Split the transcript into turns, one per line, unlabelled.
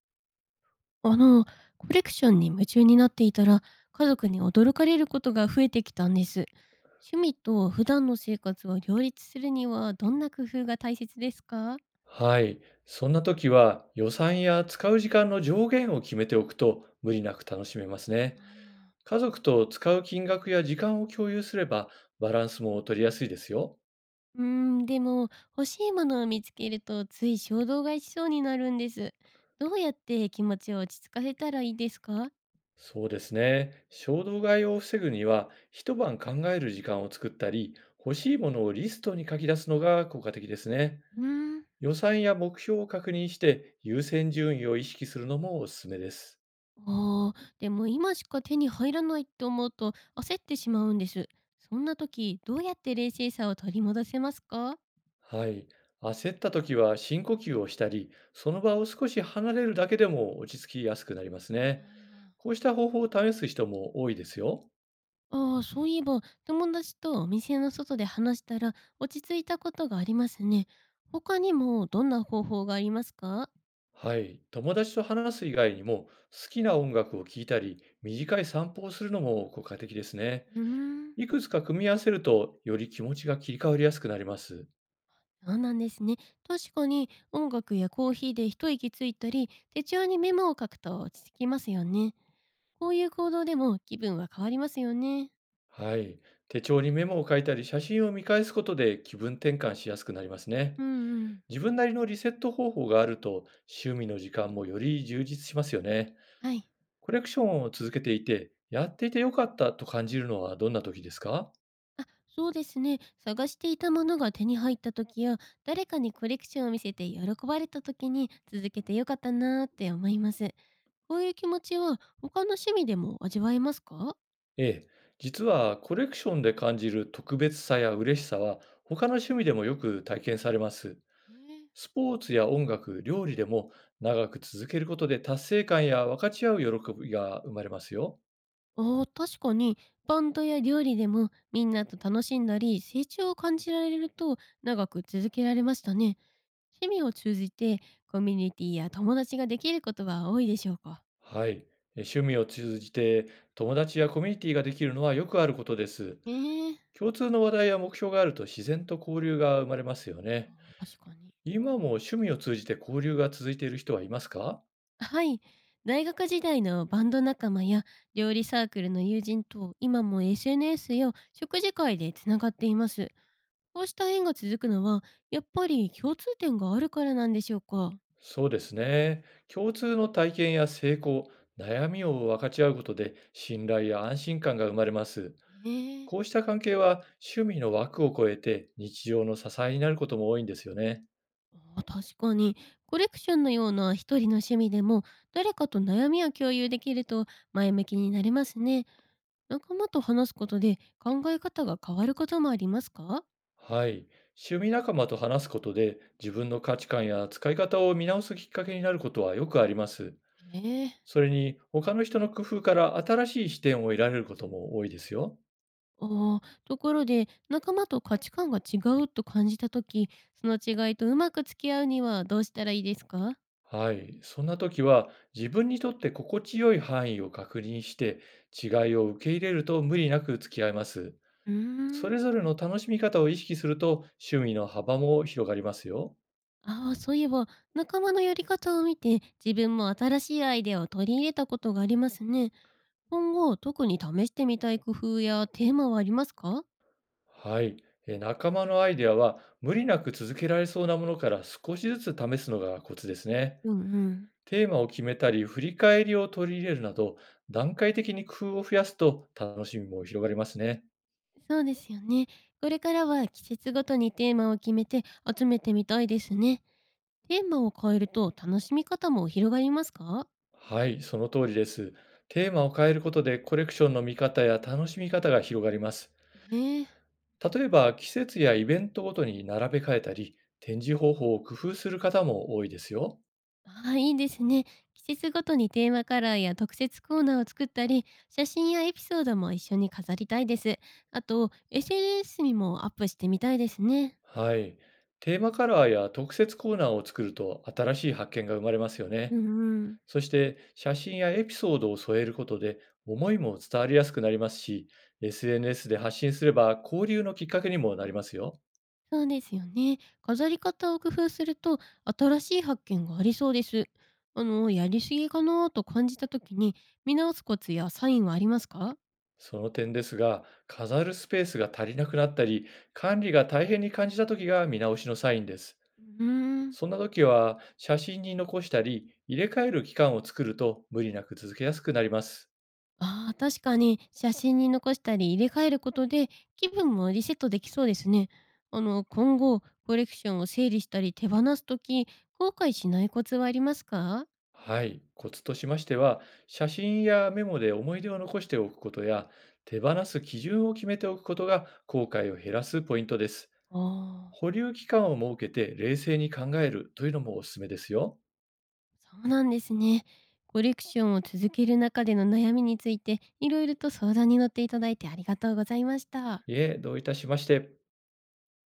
あの、コレクションに夢中になっていたら、家族に驚かれることが増えてきたんです。趣味と普段の生活を両立するには、どんな工夫が大切ですか？
はい。そんな時は予算や使う時間の上限を決めておくと無理なく楽しめますね。
あ。
家族と使う金額や時間を共有すれば、バランスも取りやすいですよ。
でも、欲しいものを見つけると、つい衝動買いしそうになるんです。どうやって気持ちを落ち着かせたらいいですか？
そうですね。衝動買いを防ぐには、一晩考える時間を作ったり、欲しいものをリストに書き出すのが効果的ですね。
うーん。
予算や目標を確認して、優先順位を意識するのもおすすめです。
ああ、でも今しか手に入らないと思うと焦ってしまうんです。そんな時、どうやって冷静さを取り戻せますか？
はい。焦った時は深呼吸をしたり、その場を少し離れるだけでも落ち着きやすくなります
あ
ね。
ー。
こうした方法を試す人も多いですよ。
ああ、そういえば、友達とお店の外で話したら落ち着いたことがありますね。他にもどんな方法がありますか？
はい。友達と話す以外にも、好きな音楽を聴いたり、短い散歩をするのも効果的ですね。
うーん。
いくつか組み合わせると、より気持ちが切り替わりやすくなります。
そうなんですね。確かに音楽やコーヒーで一息ついたり、手帳にメモを書くと落ち着きますよね。こういう行動でも気分は変わりますよね。
はい。手帳にメモを書いたり、写真を見返すことで気分転換しやすくなりますね。
うんうん。
自分なりのリセット方法があると、趣味の時間もより充実しますよね。
はい。
コレクションを続けていて、やっていてよかったと感じるのはどんな時ですか？
あ、そうですね。探していたものが手に入った時や、誰かにコレクションを見せて喜ばれた時に続けてよかったなーって思います。こういう気持ちは他の趣味でも味わえますか？
ええ、実はコレクションで感じる特別さや嬉しさは、他の趣味でもよく体験されます。
えー。
スポーツや音楽、料理でも、長く続けることで達成感や分かち合う喜びが生まれますよ。
ああ、確かに、バンドや料理でもみんなと楽しんだり、成長を感じられると長く続けられましたね。趣味を通じてコミュニティや友達ができることは多いでしょうか？
はい。趣味を通じて友達やコミュニティができるのはよくあることです。
ええ、
共通の話題や目標があると、自然と交流が生まれますよね。
ああ、確かに。
今も趣味を通じて交流が続いている人はいますか？
はい。大学時代のバンド仲間や料理サークルの友人と今も SNS や食事会でつながっています。こうした縁が続くのは、やっぱり共通点があるからなんでしょうか？
そうですね。共通の体験や成功、悩みを分かち合うことで、信頼や安心感が生まれます。
ええ。
こうした関係は、趣味の枠を超えて日常の支えになることも多いんですよね。
ああ、確かに。コレクションのような一人の趣味でも、誰かと悩みを共有できると前向きになれますね。仲間と話すことで考え方が変わることもありますか？
はい。趣味仲間と話すことで、自分の価値観や使い方を見直すきっかけになることはよくあります。
ええ。
それに、他の人の工夫から新しい視点を得られることも多いですよ。
ああ、ところで、仲間と価値観が違うと感じた時、その違いとうまく付き合うにはどうしたらいいですか？
はい。そんな時は、自分にとって心地よい範囲を確認して、違いを受け入れると無理なく付き合います。
うー
それ
ん。
ぞれの楽しみ方を意識すると、趣味の幅も広がりますよ。
ああ、そういえば、仲間のやり方を見て、自分も新しいアイデアを取り入れたことがありますね。今後、特に試してみたい工夫やテーマはありますか？
はい。仲間のアイデアは、無理なく続けられそうなものから少しずつ試すのがコツですね。
うんうん。
テーマを決めたり、振り返りを取り入れるなど、段階的に工夫を増やすと楽しみも広がりますね。
そうですよね。これからは季節ごとにテーマを決めて集めてみたいですね。テーマを変えると楽しみ方も広がりますか？
はい、その通りです。テーマを変えることで、コレクションの見方や楽しみ方が広がります。
へえ。
例えば、季節やイベントごとに並べ替えたり、展示方法を工夫する方も多いですよ。
ああ、いいですね。季節ごとにテーマカラーや特設コーナーを作ったり、写真やエピソードも一緒に飾りたいです。あと、SNS にもアップしてみたいですね。
はい。テーマカラーや特設コーナーを作ると、新しい発見が生まれますよ
うん
ね。
うん。
そして写真やエピソードを添えることで、思いも伝わりやすくなりますし、SNS で発信すれば交流のきっかけにもなりますよ。
そうですよね。飾り方を工夫すると、新しい発見がありそうです。やりすぎかなと感じた時に、見直すコツやサインはありますか？
その点ですが、飾るスペースが足りなくなったり、管理が大変に感じた時が見直しのサインです。
うーん。
そんな時は写真に残したり、入れ替える期間を作ると無理なく続けやすくなります。
ああ、確かに写真に残したり入れ替えることで気分もリセットできそうですね。今後コレクションを整理したり手放すとき、後悔しないコツはありますか？
はい、コツとしましては、写真やメモで思い出を残しておくことや、手放す基準を決めておくことが後悔を減らすポイントです。
ああ、
保留期間を設けて冷静に考えるというのもおすすめですよ。
そうなんですね。コレクションを続ける中での悩みについていろいろと相談に乗っていただいてありがとうございました。
いえ、どういたしまして。